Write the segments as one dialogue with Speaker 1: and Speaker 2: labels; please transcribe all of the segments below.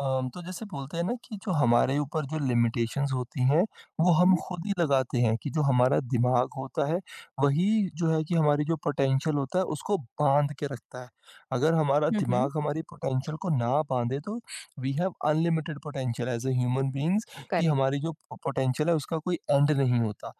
Speaker 1: तो जैसे बोलते हैं ना कि जो हमारे ऊपर जो लिमिटेशंस होती हैं, वो हम
Speaker 2: हुँ,
Speaker 1: खुद ही लगाते हैं कि जो हमारा दिमाग होता है, वही जो है कि हमारी जो पोटेंशियल होता है, उसको बाँध के रखता है। अगर हमारा
Speaker 2: हुँ, हुँ,
Speaker 1: दिमाग हमारी पोटेंशियल को ना बाँधे, तो we have unlimited potential as a human beings कि
Speaker 2: करेक्ट।
Speaker 1: हमारी जो प पोटेंशियल है, उसका कोई एंड नहीं होता।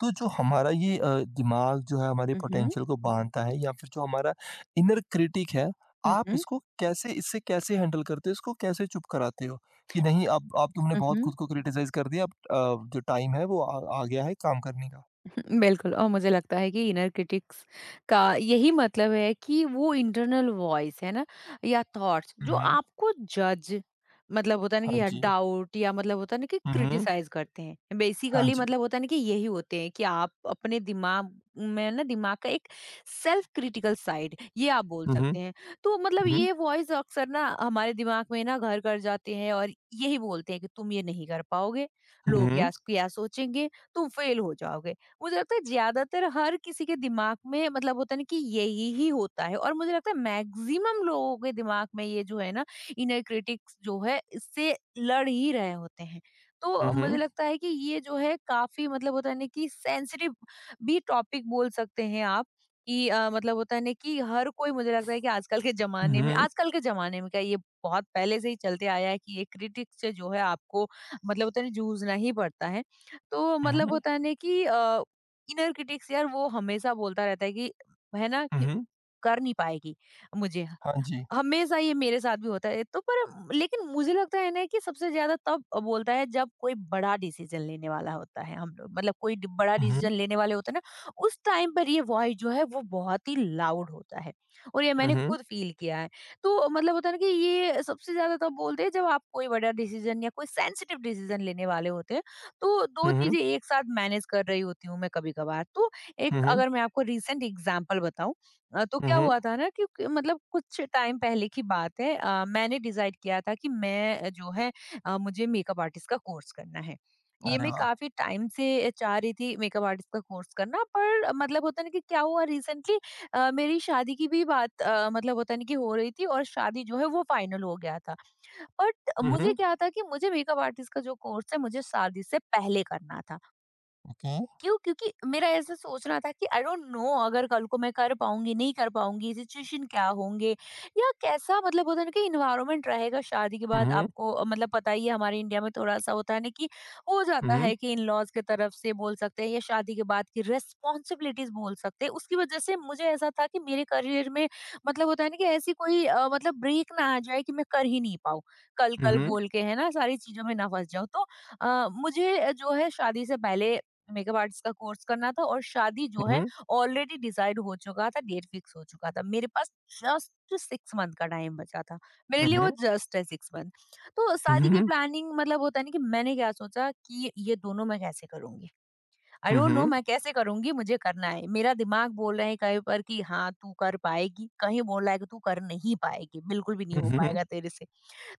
Speaker 1: तो जो हमारा ये दिमाग जो है, हमारी
Speaker 2: हुँ, हुँ,
Speaker 1: पोटेंशियल को बाँधता है या फिर जो हमारा इनर क्रिटिक है
Speaker 2: हुँ,
Speaker 1: आप
Speaker 2: हुँ,
Speaker 1: इसको कैसे इससे कैसे हैंडल करते हो? इसको कैसे चुप कराते हो? कि नहीं अब तुमने
Speaker 2: हुँ,
Speaker 1: बहुत
Speaker 2: हुँ।
Speaker 1: खुद को क्रिटिसाइज़ कर दिया, अब जो टाइम है वो आ आ गया है काम करने का।
Speaker 2: बिल्कुल। और मुझे लगता है कि इनर क्रिटिक्स का यही मतलब है कि वो इंटरनल वॉइस है ना या थॉट्स
Speaker 1: हुँ,
Speaker 2: जो
Speaker 1: हुँ।
Speaker 2: आपको जज मतलब होता है ना कि
Speaker 1: हाँ
Speaker 2: या
Speaker 1: जी।
Speaker 2: डाउट या मतलब होता है ना कि
Speaker 1: हुँ, हुँ।
Speaker 2: क्रिटिसाइज करते हैं,
Speaker 1: हाँ
Speaker 2: बेसिकली
Speaker 1: जी।
Speaker 2: मतलब होता है ना कि यही होते हैं कि आप अपने दिमाग में ना दिमाग का एक सेल्फ क्रिटिकल साइड ये आप बोल
Speaker 1: हुँ, हुँ।
Speaker 2: सकते हैं। तो मतलब
Speaker 1: हुँ, हुँ।
Speaker 2: ये वॉइस अक्सर ना हमारे दिमाग में ना घर कर जाते हैं और यही बोलते हैं कि तुम ये नहीं कर पाओगे,
Speaker 1: हुँ,
Speaker 2: लोग या,
Speaker 1: हुँ।
Speaker 2: या सोचेंगे, तुम फेल हो जाओगे। मुझे लगता है ज्यादातर हर किसी के दिमाग में मतलब होता है ना कि यही ही होता है और मुझे लगता है मैक्सिमम लोगों के दिमाग में ये जो है ना इनर क्रिटिक्स जो है इससे लड़ ही रहे होते हैं। तो
Speaker 1: हुँ,
Speaker 2: मुझे
Speaker 1: हुँ।
Speaker 2: लगता है कि ये जो है काफी मतलब होता है ना कि सेंसिटिव भी टॉपिक बोल सकते हैं आप कि मतलब होता है ना कि हर कोई मुझे लगता है कि आजकल के
Speaker 1: हुँ,
Speaker 2: जमाने में
Speaker 1: हुँ।
Speaker 2: आजकल के जमाने में क्या ये बहुत पहले से ही चलते आया है कि ये क्रिटिक्स से जो है आपको मतलब होता है ना जूझना ही पड़ता है। तो मतलब
Speaker 1: हुँ,
Speaker 2: होता है ना कि इनर क्रिटिक्स यार वो हमेशा बोलता रहता है कि है ना कि
Speaker 1: हुँ।
Speaker 2: कर नहीं पाएगी, मुझे
Speaker 1: हाँ जी।
Speaker 2: हमेशा ये मेरे साथ भी होता है तो पर लेकिन मुझे लगता है ना कि सबसे ज्यादा तब बोलता है जब कोई बड़ा डिसीजन लेने वाला होता है, हम लोग मतलब कोई बड़ा
Speaker 1: हुँ, हुँ।
Speaker 2: डिसीजन लेने वाले होते हैं ना उस टाइम पर ये वॉइस जो है वो बहुत ही लाउड होता है और ये
Speaker 1: हुँ,
Speaker 2: मैंने
Speaker 1: हुँ।
Speaker 2: खुद फील किया है। तो मतलब होता है ना कि ये सबसे ज्यादा तब बोलते हैं जब आप कोई बड़ा डिसीजन या कोई सेंसिटिव डिसीजन लेने वाले होते हैं। तो दो
Speaker 1: हुँ, हुँ।
Speaker 2: चीजें एक साथ मैनेज कर रही होती हूँ मैं कभी कभार। तो एक
Speaker 1: हुँ, हुँ।
Speaker 2: अगर मैं आपको रिसेंट एग्जाम्पल बताऊं, तो
Speaker 1: हुँ,
Speaker 2: क्या
Speaker 1: हुँ।
Speaker 2: हुआ था ना कि क मतलब कुछ टाइम पहले की बात है। मैंने डिसाइड किया था कि मैं जो है मुझे मेकअप आर्टिस्ट का कोर्स करना है। ये
Speaker 1: अरे
Speaker 2: मैं
Speaker 1: वाह!
Speaker 2: काफ़ी टाइम से चाह रही थी मेकअप आर्टिस्ट का कोर्स करना। पर मतलब होता है ना कि क्या हुआ रिसेंटली, मेरी शादी की भी बात मतलब होता है ना कि हो रही थी और शादी जो है वो फाइनल हो गया था। बट
Speaker 1: हुँ,
Speaker 2: मुझे
Speaker 1: हुँ।
Speaker 2: क्या था कि मुझे मेकअप आर्टिस्ट का जो कोर्स है, मुझे शादी से पहले करना था।
Speaker 1: ओके।
Speaker 2: क्यों? क्योंकि मेरा ऐसा सोचना था कि आई डोंट नो अगर कल को मैं कर पाऊँगी, नहीं कर पाऊँगी, सिचुएशन क्या होंगे या कैसा मतलब होता है ना कि एनवायरनमेंट रहेगा शादी के
Speaker 1: हुँ,
Speaker 2: बाद
Speaker 1: हुँ।
Speaker 2: आपको मतलब पता ही है हमारे इंडिया में थोड़ा-सा होता है ना कि हो
Speaker 1: हुँ,
Speaker 2: जाता
Speaker 1: हुँ।
Speaker 2: है कि इन-लॉज़ की तरफ से बोल सकते हैं या शादी के बाद की रिस्पॉन्सिबिलिटीज़ बोल सकते हैं। उसकी वजह से मुझे ऐसा था कि मेरे करियर में मतलब होता है ना कि ऐसी कोई मतलब ब्रेक ना आ जाए कि मैं कर ही नहीं पाऊँ,
Speaker 1: हुँ,
Speaker 2: कल-कल
Speaker 1: हुँ।
Speaker 2: बोल के है ना सारी चीज़ों में ना फँस जाऊँ। तो मुझे जो है शादी से पहले मेकअप आर्टिस्ट का कोर्स करना था और शादी जो
Speaker 1: हुँ,
Speaker 2: है
Speaker 1: हुँ।
Speaker 2: ऑलरेडी डिसाइड हो चुका था, डेट फिक्स हो चुका था। मेरे पास जस्ट 6 मंथ का टाइम बचा था। मेरे
Speaker 1: हुँ,
Speaker 2: लिए वो
Speaker 1: हुँ।
Speaker 2: जस्ट है 6 मंथ। तो
Speaker 1: हुँ,
Speaker 2: शादी की
Speaker 1: हुँ।
Speaker 2: प्लानिंग मतलब होता है ना कि मैंने क्या सोचा कि ये दोनों मैं कैसे करूँगी? आई
Speaker 1: हुँ,
Speaker 2: डोंट नो
Speaker 1: हुँ।
Speaker 2: मैं कैसे करूँगी, मुझे करना है। मेरा दिमाग बोल रहा है कहीं पर कि हाँ, तू कर पाएगी, कहीं बोल रहा है कि तू कर नहीं पाएगी, बिल्कुल भी नहीं
Speaker 1: हुँ,
Speaker 2: हो
Speaker 1: हुँ।
Speaker 2: पाएगा तेरे से।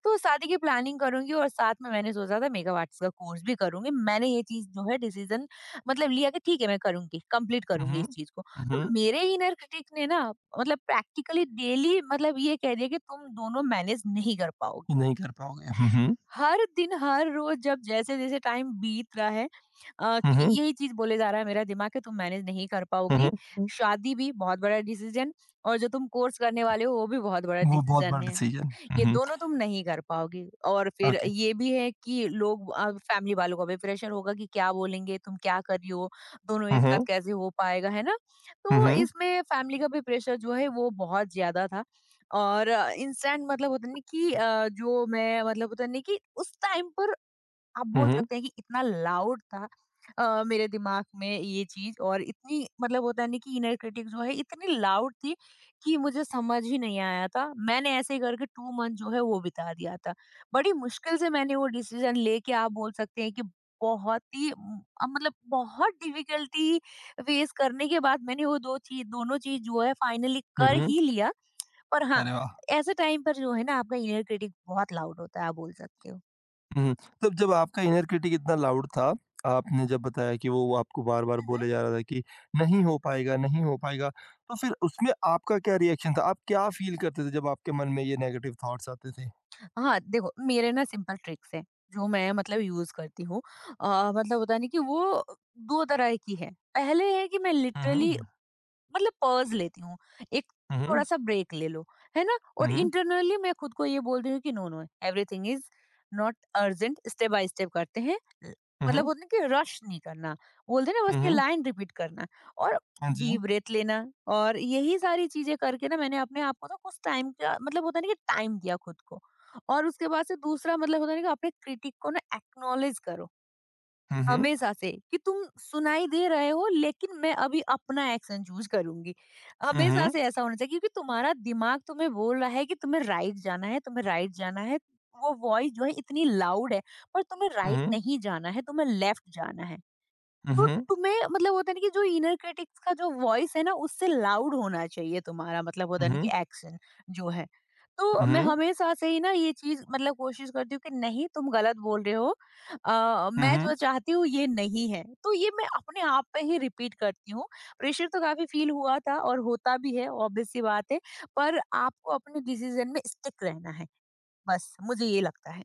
Speaker 2: तो शादी की प्लानिंग करूँगी और साथ में मैंने सोचा था मेकअप आर्टिस्ट का कोर्स भी करूँगी। मैंने ये चीज़ जो है डिसीज़न मतलब लिया कि ठीक है, मैं करूँगी, कंप्लीट करूँगी इस चीज़ को।
Speaker 1: हुँ,
Speaker 2: तो
Speaker 1: हुँ।
Speaker 2: मेरे इनर क्रिटिक ने ना मतलब प्रैक्टिकली डेली मतलब ये कह दिया कि तुम दोनों मैनेज नहीं कर पाओगे।
Speaker 1: नहीं कर पाओगे। हुँ, हुँ।
Speaker 2: हर दिन, हर रोज़ जब जैसे-जैसे टाइम बीत रहा है
Speaker 1: हुँ,
Speaker 2: कि
Speaker 1: हुँ।
Speaker 2: यही चीज़ बोले जा रहा है मेरा दिमाग कि तुम मैनेज नहीं कर
Speaker 1: हुँ,
Speaker 2: पाओगी।
Speaker 1: हुँ, हुँ।
Speaker 2: शादी भी बहुत बड़ा डिसीज़न और जो तुम कोर्स करने वाले हो वो भी बहुत बड़ा
Speaker 1: वो बहुत
Speaker 2: डिसीज़न
Speaker 1: बड़ा
Speaker 2: है।
Speaker 1: डिसीज़न हुँ,
Speaker 2: ये
Speaker 1: हुँ। है।
Speaker 2: दोनों तुम नहीं कर पाओगी और फिर
Speaker 1: ओके।
Speaker 2: ये भी है कि लोग, फैमिली वालों का भी प्रेशर होगा कि क्या बोलेंगे तुम क्या कर रही हो, दोनों
Speaker 1: हुँ,
Speaker 2: एक साथ
Speaker 1: हुँ।
Speaker 2: कैसे हो पाएगा है ना।
Speaker 1: हुँ,
Speaker 2: तो
Speaker 1: हुँ।
Speaker 2: इसमें फैमिली का भी प्रेशर जो है वो बहुत ज्यादा था और इंस्टेंट मतलब होता नहीं कि जो मैं मतलब होता नहीं कि उस टाइम पर आप
Speaker 1: हुँ,
Speaker 2: बोल
Speaker 1: हुँ।
Speaker 2: सकते हैं कि इतना लाउड था मेरे दिमाग में ये चीज़, और इतनी मतलब होता है ना कि इनर क्रिटिक जो है इतनी लाउड थी कि मुझे समझ ही नहीं आया था। मैंने ऐसे ही करके 2 मंथ जो है वो बिता दिया था। बड़ी मुश्किल से मैंने वो डिसीज़न लेके आप बोल सकते हैं कि बहुत ही मतलब बहुत डिफ़िकल्टी फ़ेस करने के बाद मैंने वो 2 चीज़, दोनों चीज़ जो है फाइनली
Speaker 1: हुँ,
Speaker 2: कर
Speaker 1: हुँ।
Speaker 2: ही लिया। पर हाँ,
Speaker 1: अरे वाह!
Speaker 2: ऐसे टाइम पर जो है ना आपका इनर क्रिटिक बहुत लाउड होता है, आप बोल सकते
Speaker 1: हुँ, हुँ। तब जब आपका इनर क्रिटिक इतना लाउड था, आपने जब बताया कि वो आपको बार-बार
Speaker 2: हो।
Speaker 1: बोले जा रहा था कि नहीं हो पाएगा, नहीं हो पाएगा, तो फिर उसमें आपका क्या रिएक्शन था? आप क्या फ़ील करते थे जब आपके मन में ये नेगेटिव थॉट्स आते थे?
Speaker 2: हाँ, देखो मेरे ना सिंपल ट्रिक्स हैं जो मैं मतलब यूज़ करती हूँ। मतलब होता है ना कि वो 2 तरह की है। पहले है कि मैं
Speaker 1: हुँ,
Speaker 2: लिटरली
Speaker 1: हुँ।
Speaker 2: मतलब पॉज़ लेती हूँ, एक
Speaker 1: हुँ, हुँ।
Speaker 2: थोड़ा-सा ब्रेक ले लो, है ना? और
Speaker 1: हुँ, हुँ।
Speaker 2: इंटरनली मैं खुद को ये बोलती हूँ कि no, no everything is not urgent, step by step करते हैं। ल
Speaker 1: हुँ,
Speaker 2: मतलब
Speaker 1: हुँ।
Speaker 2: बोलते हैं कि रश नहीं करना, बोलते हैं ना बस
Speaker 1: हुँ,
Speaker 2: ये
Speaker 1: हुँ।
Speaker 2: लाइन रिपीट करना और
Speaker 1: हाँ जी।
Speaker 2: डीप ब्रेथ लेना। और यही सारी चीज़ें करके ना मैंने अपने आप को ना कुछ टाइम का मतलब होता है ना कि टाइम दिया खुद को। और उसके बाद से दूसरा मतलब होता है ना कि अपने क्रिटिक को ना एक्नॉलेज करो।
Speaker 1: हुँ, हुँ।
Speaker 2: हमेशा से कि तुम सुनाई दे रहे हो लेकिन मैं अभी अपना एक्शन चूज करूंगी।
Speaker 1: हुँ,
Speaker 2: हमेशा
Speaker 1: हुँ।
Speaker 2: से ऐसा होना चाहिए क्योंकि तुम्हारा दिमाग तुम्हें बोल रहा है कि तुम्हें राइट जाना है, तुम्हें राइट जाना है, वो वॉइस जो है इतनी लाउड है पर तुम्हें
Speaker 1: हुँ,
Speaker 2: राइट
Speaker 1: हुँ।
Speaker 2: नहीं जाना है, तुम्हें लेफ्ट जाना है।
Speaker 1: हुँ,
Speaker 2: तो
Speaker 1: हुँ।
Speaker 2: तुम्हें मतलब होता है ना कि जो इनर क्रिटिक्स का जो वॉइस है ना उससे लाउड होना चाहिए तुम्हारा मतलब होता
Speaker 1: हुँ,
Speaker 2: है ना कि
Speaker 1: हुँ।
Speaker 2: एक्शन जो है। तो मैं हमेशा से ही ना ये चीज मतलब कोशिश करती हूँ कि नहीं तुम गलत बोल रहे हो,
Speaker 1: हुँ,
Speaker 2: मैं
Speaker 1: हुँ।
Speaker 2: जो चाहती हूँ ये नहीं है, तो ये मैं अपने आप पे ही रिपीट करती हूँ। प्रेशर तो काफी फील हुआ था और होता भी है, ऑब्वियस सी बात है। पर आपको अपने डिसीजन में स्टिक रहना है, बस मुझे ये लगता है।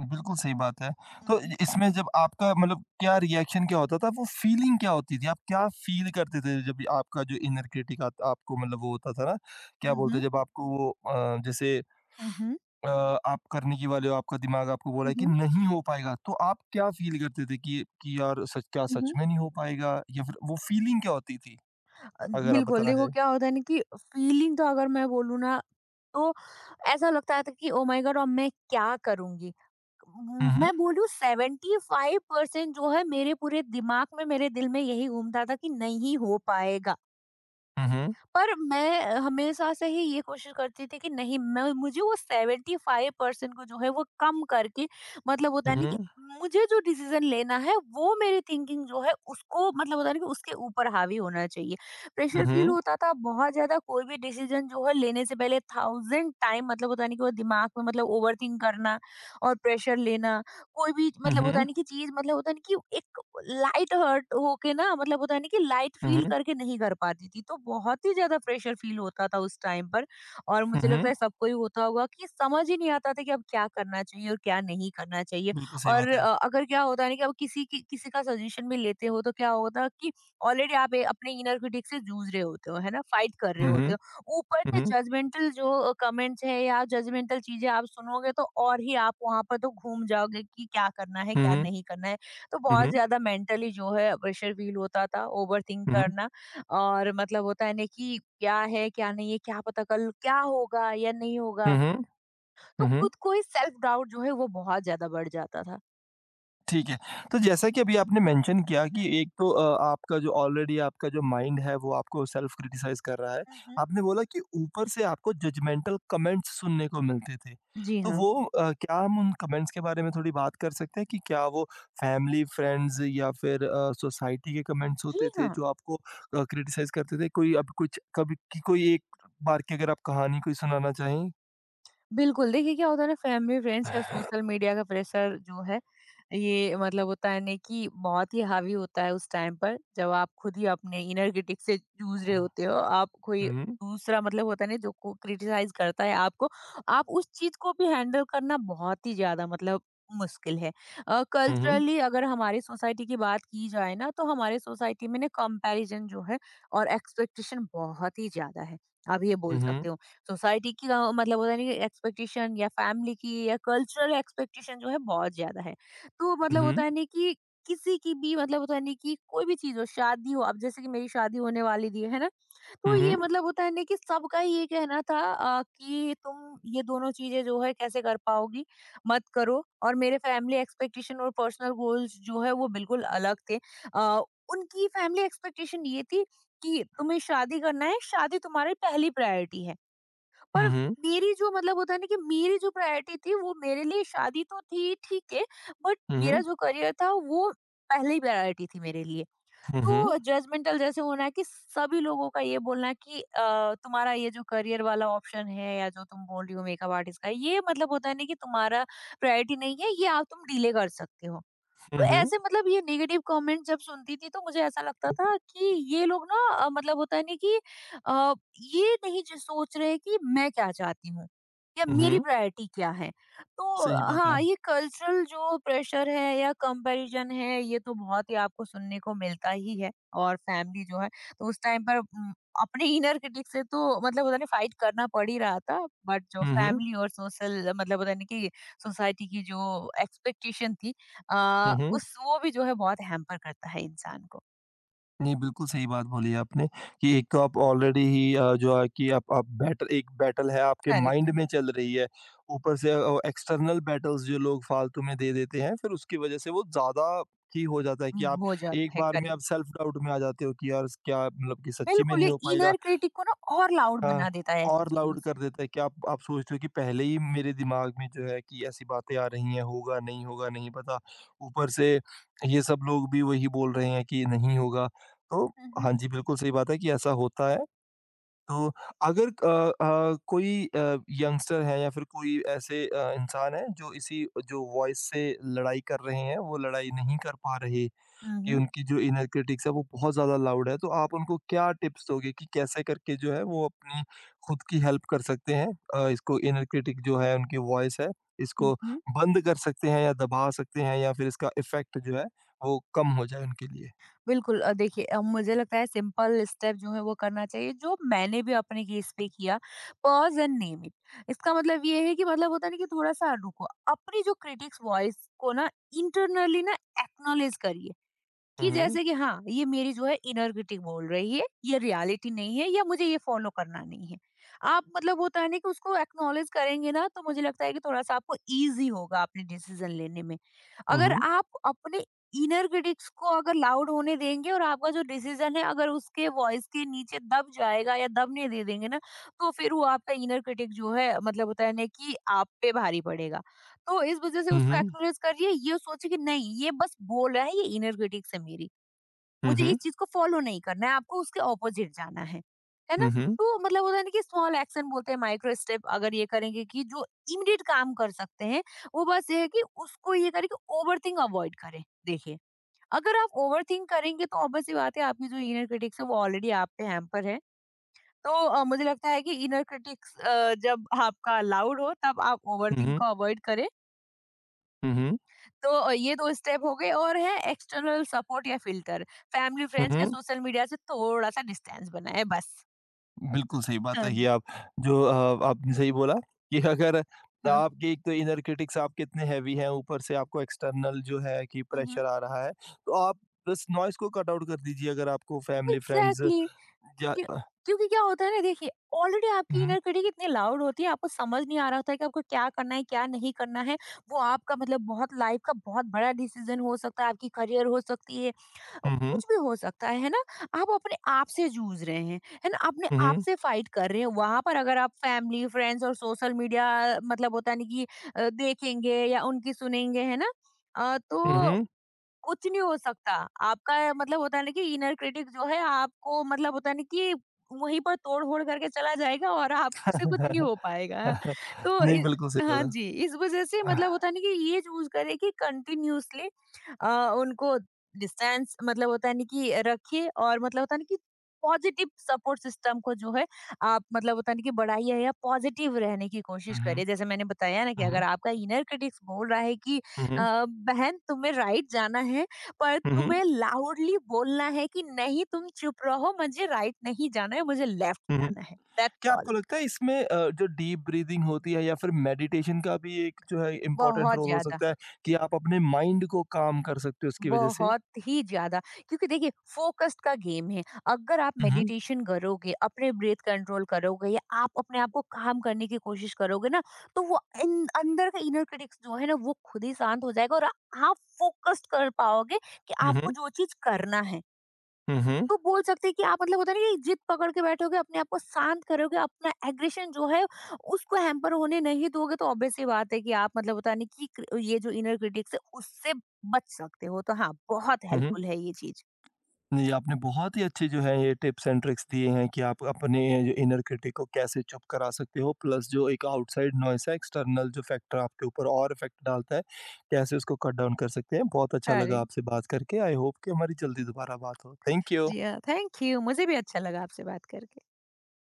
Speaker 1: बिल्कुल सही बात है। तो इ
Speaker 2: हम्म,
Speaker 1: इसमें जब आपका मतलब क्या रिएक्शन क्या होता था? वो फीलिंग क्या होती थी? आप क्या फील करते थे जब ये आपका जो इनर क्रिटिक आत आपको मतलब वो होता था ना, क्या
Speaker 2: हम्म,
Speaker 1: बोलते
Speaker 2: हम्म,
Speaker 1: हैं जब आपको वो जैसे
Speaker 2: हम्म,
Speaker 1: अ, आप करने की वाले हो, आपका दिमाग आपको बोला है कि
Speaker 2: हम्म,
Speaker 1: नहीं हो पाएगा, तो आप क्या फील करते थे कि यार सच क्या सच
Speaker 2: हम्म,
Speaker 1: में नहीं हो पाएगा? या फिर वो फीलिंग क्या होती थी?
Speaker 2: अ,
Speaker 1: अगर आप
Speaker 2: बिल्कुल,
Speaker 1: बताना
Speaker 2: देखो
Speaker 1: चाहें?
Speaker 2: क्या होता है ना कि फीलिंग तो अगर मैं बोलूँ ना तो ऐसा लगता था कि ओ माय गॉड! अब मैं क्या करूँगी?
Speaker 1: हुँ, हुँ,
Speaker 2: मैं बोलूँ 75% जो है मेरे पूरे दिमाग में, मेरे दिल में यही घूमता था कि नहीं हो पाएगा।
Speaker 1: हुँ,
Speaker 2: पर मैं हमेशा से ही ये कोशिश करती थी कि नहीं मैं मुझे वो 75% को जो है वो कम करके मतलब होता
Speaker 1: हुँ,
Speaker 2: है नहीं कि
Speaker 1: हुँ,
Speaker 2: मुझे जो डिसीजन लेना है वो मेरी थिंकिंग जो है उसको मतलब होता है ना कि उसके ऊपर हावी होना चाहिए।
Speaker 1: हुँ,
Speaker 2: प्रेशर फील
Speaker 1: हुँ,
Speaker 2: होता था बहुत ज्यादा, कोई भी डिसीजन जो है लेने से पहले थाउजेंड टाइम मतलब होता नहीं कि वो दिमाग में मतलब ओवर थिंक करना और प्रेशर लेना, कोई भी मतलब होता
Speaker 1: हुँ,
Speaker 2: नहीं कि चीज़ मतलब होता नहीं कि एक लाइट हर्ट होके ना मतलब होता नहीं कि लाइट फ़ील
Speaker 1: हुँ,
Speaker 2: करके नहीं कर पाती थी। तो बहुत ही ज़्यादा प्रेशर फ़ील होता था उस टाइम पर और
Speaker 1: हुँ,
Speaker 2: मुझे लगता
Speaker 1: हुँ,
Speaker 2: है सबको ही होता होगा कि समझ ही नहीं आता था कि अब क्या करना चाहिए और क्या नहीं करना चाहिए।
Speaker 1: बिल्कुल सही
Speaker 2: और
Speaker 1: बात है।
Speaker 2: अगर क्या होता है ना कि अब किसी की किसी का सजेशन भी लेते हो तो क्या होता कि ऑलरेडी आप ए अपने इनर क्रिटिक से जूझ रहे होते हो, है ना? फ़ाइट कर रहे
Speaker 1: हुँ, हुँ,
Speaker 2: होते हो। ऊपर
Speaker 1: हुँ,
Speaker 2: से
Speaker 1: हुँ,
Speaker 2: जजमेंटल जो कमेंट्स हैं या जजमेंटल चीज़ें आप सुनोगे तो और ही आप वहाँ पर तो घूम जाओगे कि क्या करना है, क्या
Speaker 1: हुँ,
Speaker 2: नहीं करना है। तो
Speaker 1: हुँ,
Speaker 2: बहुत
Speaker 1: हुँ,
Speaker 2: ज़्यादा मेंटली जो है प्रेशर फ़ील होता था, ओवरथिंक
Speaker 1: हुँ।
Speaker 2: करना और मतलब होता है ना कि क्या है, क्या नहीं है, क्या पता कल क्या होगा या नहीं
Speaker 1: हुँ,
Speaker 2: होगा?
Speaker 1: हुँ।
Speaker 2: तो
Speaker 1: हुँ, हुँ।
Speaker 2: खुद को ही सेल्फ डाउट जो है वो बहुत ज़्यादा बढ़ जाता था।
Speaker 1: ठीक है। तो जैसा कि अभी आपने मेंशन किया कि
Speaker 2: हुँ, हुँ।
Speaker 1: एक तो आपका जो ऑलरेडी आपका जो माइंड है वो आपको सेल्फ क्रिटिसाइज़ कर रहा है।
Speaker 2: हुँ, हुँ।
Speaker 1: आपने बोला कि ऊपर से आपको जजमेंटल कमेंट्स सुनने को मिलते थे।
Speaker 2: जी
Speaker 1: तो
Speaker 2: हाँ।
Speaker 1: वो क्या हम उन कमेंट्स के बारे में थोड़ी बात कर सकते हैं कि क्या वो फैमिली, फ्रेंड्स या फिर सोसाइटी के कमेंट्स होते
Speaker 2: जी
Speaker 1: थे
Speaker 2: हाँ।
Speaker 1: जो आपको क्रिटिसाइज़ करते थे? कोई अब कुछ कभी की कोई एक बार की अगर आप कहानी कोई सुनाना चाहें?
Speaker 2: बिल्कुल, देखिए क्या होता है ना फैमिली, फ्रेंड्स या सोशल मीडिया का प्रेशर जो है, ये मतलब होता है ना कि बहुत ही हावी होता है उस टाइम पर जब आप खुद ही अपने इनर क्रिटिक से जूझ रहे होते हो। आप कोई
Speaker 1: हुँ, हुँ,
Speaker 2: दूसरा मतलब होता है ना जो को क्रिटिसाइज़ करता है आपको, आप उस चीज़ को भी हैंडल करना बहुत ही ज़्यादा मतलब मुश्किल है।
Speaker 1: हुँ, हुँ,
Speaker 2: कल्चरली अगर हमारी सोसाइटी की बात की जाए ना तो हमारे सोसाइटी में ना कंपैरिज़न जो है और एक्सपेक्टेशन बहुत ही ज़्यादा है। आप ये बोल
Speaker 1: हुँ,
Speaker 2: सकते हो। सोसाइटी की मतलब होता है ना कि एक्सपेक्टेशन या फैमिली की या कल्चरल एक्सपेक्टेशन जो है बहुत ज्यादा है। तो मतलब
Speaker 1: हुँ,
Speaker 2: होता है ना कि किसी की भी मतलब होता है ना कि कोई भी चीज हो शादी हो अब जैसे कि मेरी शादी होने वाली थी है ना। तो
Speaker 1: हुँ,
Speaker 2: ये
Speaker 1: हुँ।
Speaker 2: मतलब होता है ना कि सबका ये कहना था कि तुम ये दोनों चीजें जो है कैसे कर पाओगी, मत करो। और मेरे फैमिली एक्सपेक्टेशन और पर्सनल गोल्स जो है वो बिल्कुल अलग थे। अ, उनकी फैमिली एक्सपेक्टेशन ये थी कि तुम्हें शादी करना है, शादी तुम्हारी पहली प्रायोरिटी है। और
Speaker 1: हुँ, हुँ।
Speaker 2: मेरी जो मतलब होता है ना कि मेरी जो प्रायोरिटी थी वो मेरे लिए शादी तो थी, ठीक है, बट
Speaker 1: हुँ,
Speaker 2: मेरा
Speaker 1: हुँ।
Speaker 2: जो करियर था वो पहली प्रायोरिटी थी मेरे लिए।
Speaker 1: हुँ, हुँ।
Speaker 2: तो जजमेंटल जैसे होना है कि सभी लोगों का ये बोलना कि तुम्हारा ये जो करियर वाला ऑप्शन है या जो तुम बोल रही हो मेकअप आर्टिस्ट का, ये मतलब होता है ना कि तुम्हारा प्रायोरिटी नहीं है, ये आप तुम डिले कर सकते हो। तो
Speaker 1: हुँ, हुँ।
Speaker 2: ऐसे मतलब ये नेगेटिव कमेंट जब सुनती थी तो मुझे ऐसा लगता था कि ये लोग ना मतलब होता है ना कि अ, ये नहीं जो सोच रहे कि मैं क्या चाहती हूँ या
Speaker 1: हुँ,
Speaker 2: मेरी
Speaker 1: हुँ।
Speaker 2: प्रायोरिटी क्या है।
Speaker 1: सही
Speaker 2: तो
Speaker 1: बात है।
Speaker 2: हाँ, ये कल्चरल जो प्रेशर है या कंपैरिजन है ये तो बहुत ही आपको सुनने को मिलता ही है। और फैमिली जो है, तो उस टाइम पर अपने इनर क्रिटिक से तो मतलब होता नहीं फाइट करना पड़ ही रहा था, बट जो
Speaker 1: हुँ, हुँ।
Speaker 2: फैमिली और सोशल मतलब होता नहीं कि सोसाइटी की जो एक्सपेक्टेशन थी,
Speaker 1: हुँ, हुँ।
Speaker 2: उस वो भी जो है बहुत हैम्पर करता है इंसान को।
Speaker 1: नहीं, बिल्कुल सही बात बोली है आपने कि एक तो आप ऑलरेडी ही जो है कि आप बैटल एक बैटल है आपके
Speaker 2: करेक्ट
Speaker 1: माइंड
Speaker 2: है।
Speaker 1: में चल रही है, ऊपर से एक्सटर्नल बैटल्स जो लोग फालतू में दे देते हैं, फिर उसकी वजह से वो ज़्यादा ही हो जाता है कि आप
Speaker 2: हो जाता
Speaker 1: एक
Speaker 2: है
Speaker 1: बार में
Speaker 2: करेक्ट।
Speaker 1: आप सेल्फ डाउट में आ जाते हो कि यार स क्या मतलब कि सच्ची में
Speaker 2: बिल्कुल, ये
Speaker 1: नहीं हो पाएगा
Speaker 2: इनर क्रिटिक को ना और लाउड
Speaker 1: हाँ,
Speaker 2: बना देता है ऐसी
Speaker 1: और
Speaker 2: चीज़ों
Speaker 1: लाउड
Speaker 2: से।
Speaker 1: कर देता है कि आप सोचते हो कि पहले ही मेरे दिमाग में जो है कि ऐसी बातें आ रही हैं, होगा, नहीं पता। ऊपर से ये सब लोग भी वही बोल रहे हैं कि नहीं होगा। तो
Speaker 2: हुँ, हुँ।
Speaker 1: हाँ जी, बिल्कुल सही बात है कि ऐसा होता है। तो अगर कोई यंगस्टर है या फिर कोई ऐसे इंसान है जो इसी जो वॉइस से लड़ाई कर रहे हैं, वो लड़ाई नहीं कर पा रहे
Speaker 2: हुँ,
Speaker 1: कि
Speaker 2: हुँ,
Speaker 1: उनकी जो इनर क्रिटिक्स है वो बहुत ज़्यादा लाउड है, तो आप उनको क्या टिप्स दोगे कि कैसे करके जो है वो अपनी खुद की हेल्प कर सकते हैं? इसको इनर क्रिटिक जो है उनकी वॉइस है,
Speaker 2: हुँ,
Speaker 1: इसको
Speaker 2: हुँ।
Speaker 1: बंद कर सकते हैं या दबा सकते हैं या फिर इसका इफ़ेक्ट जो है वो कम हो जाए उनके लिए?
Speaker 2: बिल्कुल, देखिए, मुझे लगता है सिंपल स्टेप जो है वो करना चाहिए जो मैंने भी अपने केस पे किया, पॉज़ एंड नेम इट। इसका मतलब ये है कि मतलब होता है ना कि थोड़ा-सा रुको। अपनी जो क्रिटिक्स वॉइस को ना इंटरनली ना एक्नॉलेज करिए।
Speaker 1: हुँ,
Speaker 2: कि
Speaker 1: हुँ।
Speaker 2: जैसे कि हाँ, ये मेरी जो है इनर क्रिटिक बोल रही है, ये रियलिटी नहीं है या मुझे ये फॉलो करना नहीं है। आप मतलब होता है ना कि उसको एक्नॉलेज करेंगे ना तो मुझे लगता है कि थोड़ा सा आपको इजी होगा अपने डिसीजन लेने में।
Speaker 1: हुँ,
Speaker 2: अगर
Speaker 1: हुँ।
Speaker 2: आप अपने इनर क्रिटिक्स को अगर लाउड होने देंगे और आपका जो डिसीजन है अगर उसके वॉइस के नीचे दब जाएगा या दबने दे देंगे ना, तो फिर वो आपका इनर क्रिटिक जो है मतलब होता है ना कि आप पे भारी पड़ेगा। तो इस वजह से
Speaker 1: हुँ,
Speaker 2: उसको
Speaker 1: हुँ।
Speaker 2: एक्नोलेज करिए, ये सोचे कि नहीं ये बस बोल रहा है, ये इनर क्रिटिक्स है मेरी,
Speaker 1: हुँ,
Speaker 2: मुझे इस
Speaker 1: हुँ।
Speaker 2: चीज़ को फ़ॉलो नहीं करना है, आपको उसके ऑपोज़िट जाना है। है ना?
Speaker 1: हुँ, हुँ।
Speaker 2: तो मतलब होता है ना कि स्मॉल एक्शन बोलते हैं माइक्रो स्टेप, अगर ये करेंगे कि जो इमीडिएट काम कर सकते हैं, वो बस ये है कि उसको ये करें कि ओवरथिंक अवॉइड करें, देखिए। अगर आप ओवरथिंक करेंगे तो ऑब्वियस सी बात है आपकी जो इनर क्रिटिक्स है वो ऑलरेडी आप पे हैम्पर है। तो मुझे लगता है कि इनर क्रिटिक्स जब आपका लाउड हो तब आप
Speaker 1: हुँ,
Speaker 2: ओवरथिंक
Speaker 1: हुँ।
Speaker 2: को अवॉइड करें।
Speaker 1: हुँ, हुँ।
Speaker 2: तो ये 2 स्टेप हो गए और है एक्सटर्नल सपोर्ट या फ़िल्टर, फैमिली,
Speaker 1: हुँ,
Speaker 2: फ्रेंड्स या
Speaker 1: हुँ।
Speaker 2: सोशल मीडिया से थोड़ा-सा डिस्टेंस बनाएँ बस।
Speaker 1: बिल्कुल सही बात
Speaker 2: हाँ
Speaker 1: है
Speaker 2: जी,
Speaker 1: ये आप जो आपने सही बोला कि अगर
Speaker 2: हाँ।
Speaker 1: आपके एक तो इनर क्रिटिक्स आपके इतने हैवी हैं ऊपर से आपको एक्सटर्नल जो है कि
Speaker 2: हुँ, हुँ।
Speaker 1: प्रेशर आ रहा है तो आप बस नॉइस को कट आउट कर दीजिए अगर आपको फैमिली फ्रेंड्स
Speaker 2: एग्ज़ैक्टली,
Speaker 1: या
Speaker 2: क्यों? क्योंकि क्या होता है ना, देखिए ऑलरेडी आपकी
Speaker 1: हम्म
Speaker 2: इनर क्रिटिक इतनी लाउड होती है, आपको समझ नहीं आ रहा होता है कि आपको क्या करना है, क्या नहीं करना है। वो आपका मतलब बहुत लाइफ़ का बहुत बड़ा डिसीज़न हो सकता है, आपकी करियर हो सकती है,
Speaker 1: हम्म
Speaker 2: कुछ भी हो सकता है ना? आप अपने आप से जूझ रहे हैं, है ना, अपने आप
Speaker 1: हम्म
Speaker 2: से फाइट कर रहे हैं। वहां पर अगर आप फैमिली फ्रेंड्स और सोशल मीडिया मतलब होता नहीं कि देखेंगे या उनकी सुनेंगे, है ना, तो
Speaker 1: हम्म
Speaker 2: कुछ नहीं हो सकता। आपका मतलब होता है ना कि इनर क्रिटिक जो है आपको मतलब होता है ना कि वहीं पर तोड़-फोड़ करके चला जाएगा और आपसे कुछ नहीं हो पाएगा। तो
Speaker 1: नहीं
Speaker 2: इ
Speaker 1: बिल्कुल सही बात
Speaker 2: हाँ
Speaker 1: है
Speaker 2: जी, इस वज़ह से मतलब होता है ना कि ये चूज़ करें कि कंटिन्यूअसली अ, उनको डिस्टेंस मतलब होता है ना कि रखिए, और मतलब होता है ना कि पॉजिटिव सपोर्ट सिस्टम को जो है आप मतलब होता है ना कि बढ़ाइए या पॉजिटिव रहने की कोशिश
Speaker 1: हम्म
Speaker 2: करिए। जैसे मैंने बताया ना कि अगर
Speaker 1: हम्म
Speaker 2: आपका इनर क्रिटिक्स बोल रहा है कि
Speaker 1: हम्म
Speaker 2: बहन तुम्हें राइट जाना है, पर
Speaker 1: हम्म
Speaker 2: तुम्हें लाउडली बोलना है कि नहीं तुम चुप रहो, मुझे राइट नहीं जाना है, मुझे लेफ्ट
Speaker 1: हम्म
Speaker 2: जाना है, दैट्स
Speaker 1: क्या आपको
Speaker 2: ऑल।
Speaker 1: लगता है इसमें जो डीप ब्रीदिंग होती है या फिर मेडिटेशन का भी एक जो है इम्पोर्टेंट
Speaker 2: बहुत
Speaker 1: रोल हो
Speaker 2: ज्यादा।
Speaker 1: सकता है कि आप अपने माइंड को काम कर सकते हो उसकी वजह से?
Speaker 2: बहुत ही ज्यादा, क्योंकि देखिए फोकस्ड का गेम है। अगर आप
Speaker 1: हुँ, हुँ,
Speaker 2: मेडिटेशन करोगे, अपने ब्रीथ कंट्रोल करोगे या आप अपने आप को काम करने की कोशिश करोगे ना, तो वो अंदर का इनर क्रिटिक्स जो है ना वो खुद ही शांत हो जाएगा और आप फोकस्ड कर पाओगे कि आपको
Speaker 1: हुँ,
Speaker 2: जो चीज करना है।
Speaker 1: हुँ, हुँ,
Speaker 2: तो बोल सकते हैं कि आप मतलब होता है ना कि जिद पकड़ के बैठोगे, अपने आप को शांत करोगे, अपना एग्रेशन जो है उसको हैम्पर होने नहीं दोगे, तो ऑब्वियस सी बात है कि आप मतलब होता नहीं कि क्र ये जो इनर क्रिटिक्स है उससे बच सकते हो। तो हाँ, बहुत
Speaker 1: हुँ।
Speaker 2: हेल्पफुल है ये चीज़।
Speaker 1: जी, आपने बहुत ही अच्छे जो है ये टिप्स एंड ट्रिक्स दिए हैं कि आप अपने जो इनर क्रिटिक को कैसे चुप करा सकते हो प्लस जो एक आउटसाइड नॉइस है, एक्सटर्नल जो फैक्टर आपके ऊपर और इफ़ेक्ट डालता है, कैसे उसको कट डाउन कर सकते हैं। बहुत अच्छा लगा
Speaker 2: अरे!
Speaker 1: आपसे बात करके। आई होप कि हमारी जल्दी दोबारा बात हो। Thank you.
Speaker 2: जी हाँ, थैंक यू। मुझे भी अच्छा लगा आपसे बात करके।